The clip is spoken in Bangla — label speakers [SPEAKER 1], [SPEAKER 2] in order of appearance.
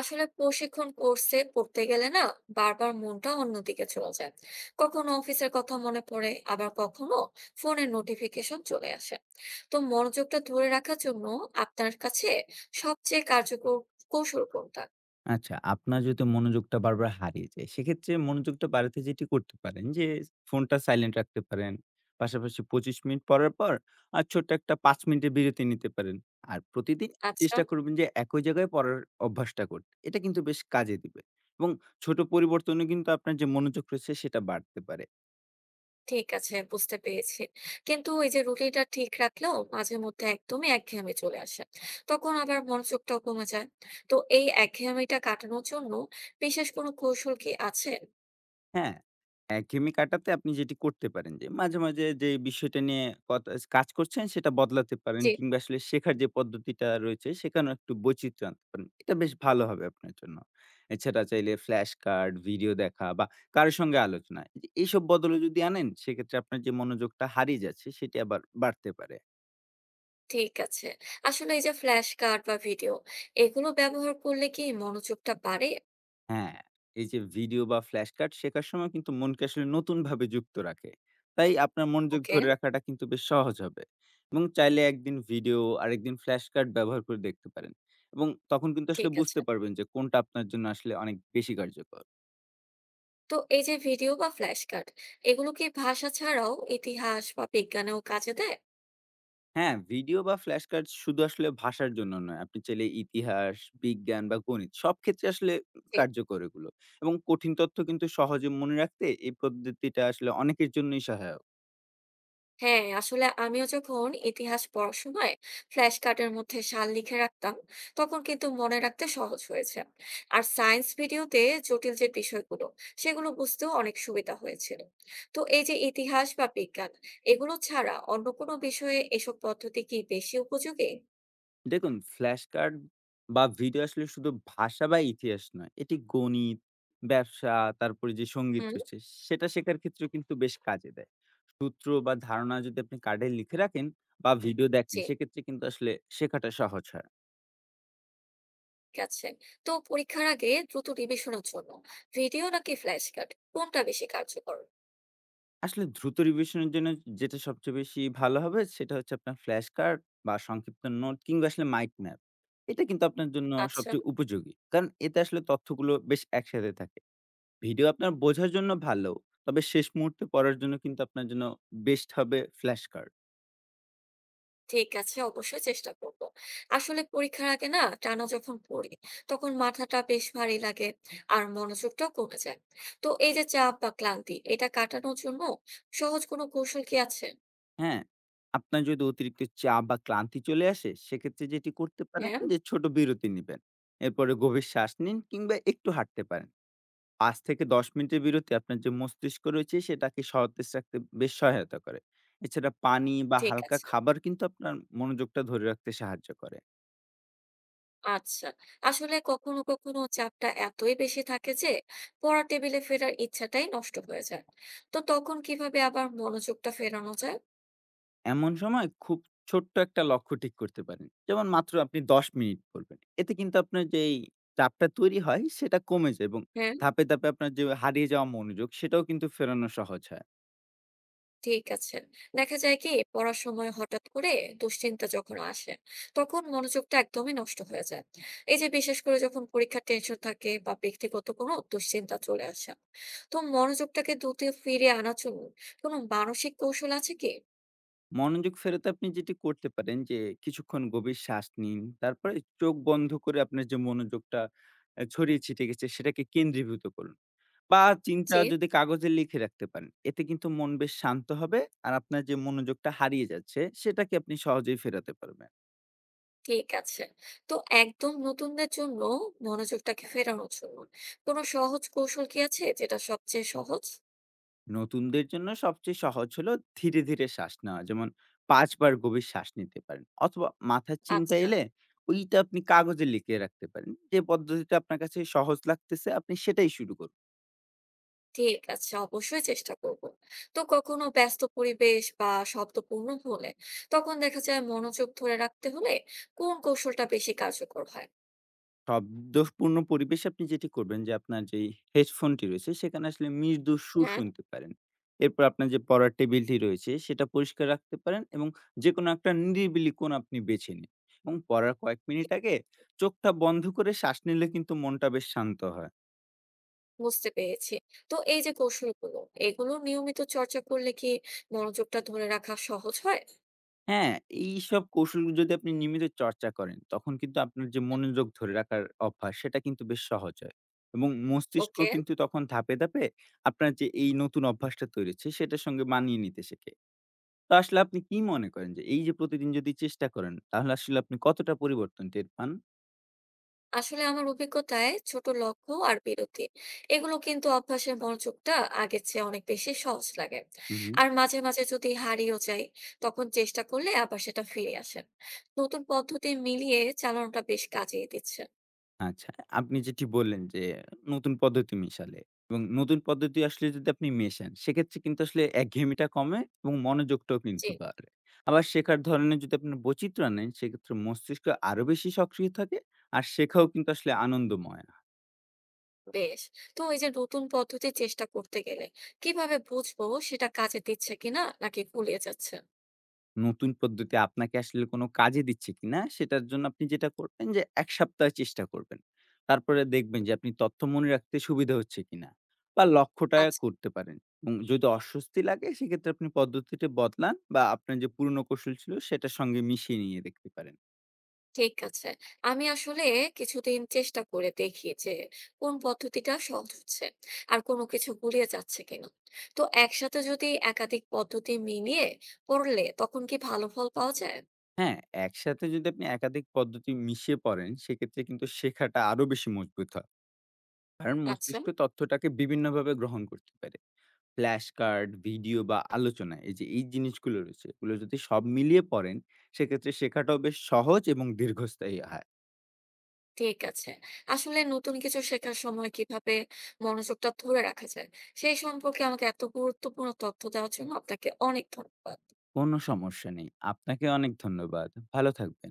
[SPEAKER 1] আসলে প্রশিক্ষণ কোর্সে পড়তে গেলে না বারবার মনটা অন্যদিকে চলে যায়। কখনো অফিসের কথা মনে পড়ে, আবার কখনো ফোনের নোটিফিকেশন চলে আসে। তো মনোযোগটা ধরে রাখার জন্য আপনার কাছে সবচেয়ে কার্যকর কৌশল কোনটা?
[SPEAKER 2] আচ্ছা, আপনার যদি মনোযোগটা বারবার হারিয়ে যায়, সেক্ষেত্রে মনোযোগটা বাড়াতে যেটি করতে পারেন যে, ফোনটা সাইলেন্ট রাখতে পারেন। পাশাপাশি ২৫ মিনিট পড়ার পর ছোট্ট একটা ৫ মিনিটের বিরতি নিতে পারেন। আর প্রতিদিন
[SPEAKER 1] আচ্ছা,
[SPEAKER 2] চেষ্টা করবেন যে একই জায়গায় পড়ার অভ্যাসটা করতে। এটা কিন্তু বেশ কাজে দিবে। এবং ছোট পরিবর্তনও কিন্তু আপনার যে মনোযোগ রয়েছে সেটা বাড়তে পারে।
[SPEAKER 1] ঠিক আছে, বুঝতে পেরেছি। কিন্তু এই যে রুটিনটা ঠিক রাখলেও মাঝে মধ্যে একদমই একঘেয়েমি চলে আসে, তখন আবার মনোযোগটাও কমে যায়। তো এই একঘেয়েমিটা কাটানোর জন্য বিশেষ কোনো কৌশল কি আছে?
[SPEAKER 2] হ্যাঁ, একঘেয়েমি কাটাতে আপনি যেটি করতে পারেন যে মাঝে, মাঝে যে বিষয়টা নিয়ে কত কাজ করছেন সেটা বদলাতে পারেন
[SPEAKER 1] জি,
[SPEAKER 2] কিংবা আসলে শেখার যে পদ্ধতিটা রয়েছে সেখানেও একটু বৈচিত্র্য আনতে পারেন। এটা বেশ ভালো হবে আপনার জন্য। এছাড়া চাইলে ফ্ল্যাশ কার্ড, ভিডিও দেখা বা কারো সঙ্গে আলোচনা। এইসব বদলে যদি আনেন সেক্ষেত্রে আপনার যে মনোযোগটা হারিয়ে যাচ্ছে সেটি আবার বাড়তে পারে।
[SPEAKER 1] ঠিক আছে। আসলে এই যে ফ্ল্যাশ কার্ড বা ভিডিও, এগুলো ব্যবহার করলে কি মনোযোগটা বাড়ে?
[SPEAKER 2] হ্যাঁ, এই যে ভিডিও বা ফ্ল্যাশ কার্ড শেখার সময় কিন্তু মনকে আসলে নতুনভাবে যুক্ত রাখে। তাই আপনার মনোযোগ
[SPEAKER 1] ওকে,
[SPEAKER 2] ধরে রাখাটা কিন্তু বেশ সহজ হবে। এবং চাইলে একদিন ভিডিও আরেকদিন ফ্ল্যাশ কার্ড ব্যবহার করে দেখতে পারেন এবং তখন কিন্তু আসলে
[SPEAKER 1] ঠিক আছে।
[SPEAKER 2] বুঝতে পারবেন যে কোনটা আপনার জন্য আসলে অনেক বেশি কার্যকর।
[SPEAKER 1] তো এই যে ভিডিও বা ফ্ল্যাশ কার্ড, এগুলো কি ভাষা ছাড়াও ইতিহাস বা বিজ্ঞানেও কাজে দেয়?
[SPEAKER 2] হ্যাঁ, ভিডিও বা ফ্ল্যাশ কার্ড শুধু আসলে ভাষার জন্য নয়। আপনি চাইলে ইতিহাস, বিজ্ঞান বা গণিত সব ক্ষেত্রে আসলে
[SPEAKER 1] জি।
[SPEAKER 2] কার্যকর এগুলো এবং কঠিন তথ্য কিন্তু সহজে মনে রাখতে এই পদ্ধতিটা আসলে অনেকের জন্যই সহায়ক।
[SPEAKER 1] হ্যাঁ, আসলে আমিও যখন ইতিহাস পড়ার সময় ফ্ল্যাশ কার্ডের মধ্যে সাল লিখে রাখতাম, তখন কিন্তু মনে রাখতে সহজ হয়েছে। আর সায়েন্স ভিডিওতে জটিল যে বিষয়গুলো সেগুলো বুঝতেও অনেক সুবিধা হয়েছিল। তো এই যে ইতিহাস বা বিজ্ঞান, এগুলো ছাড়া অন্য কোনো বিষয়ে এসব পদ্ধতি কি বেশি উপযোগী?
[SPEAKER 2] দেখুন, ফ্ল্যাশ কার্ড বা ভিডিও আসলে শুধু ভাষা বা ইতিহাস নয়। এটি গণিত, ব্যবসা, তারপরে যে সঙ্গীত
[SPEAKER 1] হুম,
[SPEAKER 2] রয়েছে, সেটা শেখার ক্ষেত্রেও কিন্তু বেশ কাজে দেয়। সূত্র বা ধারণা যদি আপনি কার্ডে লিখে রাখেন বা ভিডিও দেখেন,
[SPEAKER 1] জি,
[SPEAKER 2] সেক্ষেত্রে কিন্তু আসলে শেখাটা সহজ হয়।
[SPEAKER 1] ঠিক আছে। তো পরীক্ষার আগে দ্রুত রিভিশনের জন্য ভিডিও নাকি ফ্ল্যাশ কার্ড কোনটা বেশি কার্যকর?
[SPEAKER 2] আসলে দ্রুত রিভিশনের জন্য যেটা সবচেয়ে বেশি ভালো হবে, সেটা হচ্ছে আপনার ফ্ল্যাশ কার্ড বা সংক্ষিপ্ত নোট কিংবা আসলে মাইন্ড ম্যাপ। এটা কিন্তু আপনার জন্য
[SPEAKER 1] আচ্ছা,
[SPEAKER 2] সবচেয়ে উপযোগী। কারণ এতে আসলে তথ্যগুলো বেশ একসাথে থাকে। ভিডিও আপনার বোঝার জন্য ভালো। তবে শেষ মুহূর্তে পড়ার জন্য কিন্তু আপনার জন্য বেস্ট হবে ফ্ল্যাশ কার্ড।
[SPEAKER 1] ঠিক আছে, অবশ্যই চেষ্টা করব। আসলে পরীক্ষার আগে না টানা যখন পড়ি, তখন মাথাটা বেশ ভারী লাগে আর মনোযোগটাও কমে যায়। তো এই যে চাপ বা ক্লান্তি, এটা কাটানোর জন্য সহজ কোনো কৌশল কি আছে?
[SPEAKER 2] হ্যাঁ? আপনার যদি অতিরিক্ত চাপ বা ক্লান্তি চলে আসে, সেক্ষেত্রে যেটি করতে পারেন
[SPEAKER 1] হ্যাঁ,
[SPEAKER 2] যে ছোট বিরতি নিবেন। এরপরে গভীর শ্বাস নিন কিংবা একটু হাঁটতে পারেন। ৫ থেকে ১০ মিনিটের বিরতি আপনার যে মস্তিষ্ক রয়েছে সেটাকে সতেজ রাখতে বেশ সহায়তা করে। এছাড়া পানি বা
[SPEAKER 1] ঠিক
[SPEAKER 2] হালকা
[SPEAKER 1] আছে,
[SPEAKER 2] খাবার কিন্তু আপনার মনোযোগটা ধরে রাখতে সাহায্য করে।
[SPEAKER 1] আচ্ছা। আসলে কখনো কখনো চাপটা এতই বেশি থাকে যে পড়ার টেবিলে ফেরার ইচ্ছাটাই নষ্ট হয়ে যায়। তো তখন কিভাবে আবার মনোযোগটা ফেরানো যায়?
[SPEAKER 2] এমন সময় খুব ছোট্ট একটা লক্ষ্য ঠিক করতে পারেন। যেমন মাত্র আপনি ১০ মিনিট করবেন। এতে কিন্তু আপনার যেই চাপটা তৈরি হয় সেটা কমে যায় এবং
[SPEAKER 1] হ্যাঁ,
[SPEAKER 2] ধাপে, ধাপে আপনার যে হারিয়ে যাওয়া মনোযোগ সেটাও কিন্তু ফেরানো সহজ হয়।
[SPEAKER 1] ঠিক আছে। দেখা যায় কি পড়ার সময় হঠাৎ করে দুশ্চিন্তা যখন আসে, তখন মনোযোগটা একদমই নষ্ট হয়ে যায়। এই যে বিশেষ করে যখন পরীক্ষার টেনশন থাকে বা ব্যক্তিগত কোনো দুশ্চিন্তা চলে আসে, তো মনোযোগটাকে দ্রুত ফিরে আনার জন্য কোনো মানসিক কৌশল আছে কি?
[SPEAKER 2] মনোযোগ ফেরাতে আপনি যেটি করতে পারেন যে কিছুক্ষণ গভীর শ্বাস নিন। তারপরে চোখ বন্ধ করে আপনার যে মনোযোগটা ছড়িয়ে ছিটে গেছে সেটাকে কেন্দ্রীভূত করুন। বা চিন্তা
[SPEAKER 1] যে,
[SPEAKER 2] যদি কাগজে লিখে রাখতে পারেন। এতে কিন্তু মন বেশ শান্ত হবে। আর আপনার যে মনোযোগটা হারিয়ে যাচ্ছে সেটাকে আপনি সহজেই ফেরাতে পারবেন।
[SPEAKER 1] ঠিক আছে। তো একদম নতুনদের জন্য মনোযোগটাকে ফেরানোর জন্য কোনো সহজ কৌশল কি আছে যেটা সবচেয়ে সহজ?
[SPEAKER 2] নতুনদের জন্য সবচেয়ে সহজ হলো ধীরে ধীরে শ্বাস নেওয়া যেমন পাঁচবার গভীর শ্বাস নিতে পারেন অথবা মাথার চিন্তা
[SPEAKER 1] আচ্ছা,
[SPEAKER 2] এলে ওইটা আপনি কাগজে লিখে রাখতে পারেন। যে পদ্ধতিটা আপনার কাছে সহজ লাগতেছে আপনি সেটাই শুরু করুন।
[SPEAKER 1] ঠিক আছে, অবশ্যই চেষ্টা করব। তো কখনো ব্যস্ত পরিবেশ বা শব্দপূর্ণ হলে তখন দেখা যায় মনোযোগ ধরে রাখতে হলে কোন কৌশলটা বেশি কার্যকর হয়?
[SPEAKER 2] শব্দপূর্ণ পরিবেশে আপনি যেটি করবেন যে আপনার যে হেডফোনটি রয়েছে সেখানে আসলে মৃদু সুর
[SPEAKER 1] হ্যাঁ,
[SPEAKER 2] শুনতে পারেন। এরপর আপনার যে পড়ার টেবিলটি রয়েছে সেটা পরিষ্কার রাখতে পারেন এবং যে কোনো একটা নিরিবিলি কোণ আপনি বেছে নিন এবং পড়ার কয়েক মিনিট আগে চোখটা বন্ধ করে শ্বাস নিলে কিন্তু মনটা বেশ শান্ত হয়।
[SPEAKER 1] বুঝতে পেরেছি। তো এই যে কৌশলগুলো, এগুলো নিয়মিত চর্চা করলে কি মনোযোগটা ধরে রাখা সহজ হয়?
[SPEAKER 2] হ্যাঁ, এইসব কৌশলগুলো যদি আপনি নিয়মিত চর্চা করেন, তখন কিন্তু আপনার যে মনোযোগ ধরে রাখার অভ্যাস, সেটা কিন্তু বেশ সহজ হয়। এবং মস্তিষ্ক
[SPEAKER 1] ওকে।
[SPEAKER 2] কিন্তু তখন ধাপে, ধাপে আপনার যে এই নতুন অভ্যাসটা তৈরি হচ্ছে, সেটার সঙ্গে মানিয়ে নিতে শেখে। তো আসলে আপনি কি মনে করেন যে এই যে প্রতিদিন যদি চেষ্টা করেন, তাহলে আসলে আপনি কতটা পরিবর্তন টের পান?
[SPEAKER 1] আসলে আমার অভিজ্ঞতায় ছোট লক্ষ্য আর বিরতি, এগুলো কিন্তু অভ্যাসের মনোযোগটা আগের চেয়ে অনেক বেশি সহজ লাগে।
[SPEAKER 2] হু, হু।
[SPEAKER 1] আর মাঝে মাঝে যদি হারিয়েও যাই, তখন চেষ্টা করলে আবার সেটা ফিরে আসে। নতুন পদ্ধতি মিলিয়ে চালানোটা বেশ কাজে দিচ্ছে।
[SPEAKER 2] আচ্ছা। আপনি যেটি বললেন যে নতুন পদ্ধতি মিশালে এবং নতুন পদ্ধতি আসলে যদি আপনি মেশান, সেক্ষেত্রে কিন্তু আসলে একঘেয়েমিটা কমে এবং মনোযোগটাও
[SPEAKER 1] জি,
[SPEAKER 2] কিন্তু বাড়ে। আবার শেখার ধরনে যদি আপনি বৈচিত্র্য আনেন, সেক্ষেত্রে মস্তিষ্ক আরো বেশি সক্রিয় থাকে আর শেখাও কিন্তু আসলে আনন্দময় হয়।
[SPEAKER 1] বেশ। তো এই যে নতুন পদ্ধতি চেষ্টা করতে গেলে কিভাবে বুঝবো সেটা কাজে দিচ্ছে কিনা নাকি গুলিয়ে যাচ্ছে?
[SPEAKER 2] নতুন পদ্ধতি আপনাকে আসলে কোনো কাজে দিচ্ছে কিনা সেটার জন্য আপনি যেটা করবেন যে ১ সপ্তাহ চেষ্টা করবেন। তারপরে দেখবেন যে আপনি তথ্য মনে রাখতে সুবিধা হচ্ছে কিনা বা লক্ষ্যটা
[SPEAKER 1] আচ্ছা,
[SPEAKER 2] করতে পারেন এবং যদি অস্বস্তি লাগে সেক্ষেত্রে আপনি পদ্ধতিটি বদলান বা আপনার যে পুরনো কৌশল ছিল সেটার সঙ্গে মিশিয়ে নিয়ে দেখতে পারেন।
[SPEAKER 1] ঠিক আছে। আমি আসলে কিছুদিন চেষ্টা করে দেখি যে কোন পদ্ধতিটা সহজ হচ্ছে আর কোনো কিছু গুলিয়ে যাচ্ছে কিনা। তো একসাথে যদি একাধিক পদ্ধতি মিলিয়ে পড়লে তখন কি ভালো ফল পাওয়া যায়?
[SPEAKER 2] হ্যাঁ, একসাথে যদি আপনি একাধিক পদ্ধতি মিশিয়ে পড়েন সেক্ষেত্রে কিন্তু শেখাটা আরো বেশি মজবুত হয়। কারণ
[SPEAKER 1] আচ্ছা,
[SPEAKER 2] মস্তিষ্ক তথ্যটাকে বিভিন্নভাবে গ্রহণ করতে পারে। ফ্ল্যাশ কার্ড, ভিডিও বা আলোচনা এই যে এই জিনিসগুলো রয়েছে, এগুলো যদি সব মিলিয়ে পড়েন, সেক্ষেত্রে শেখাটাও বেশ সহজ এবং দীর্ঘস্থায়ী হয়।
[SPEAKER 1] ঠিক আছে। আসলে নতুন কিছু শেখার সময় কিভাবে মনোযোগটা ধরে রাখা যায় সেই সম্পর্কে আমাকে এত গুরুত্বপূর্ণ তথ্য দেওয়ার জন্য আপনাকে অনেক ধন্যবাদ।
[SPEAKER 2] কোনো সমস্যা নেই। আপনাকে অনেক ধন্যবাদ। ভালো থাকবেন।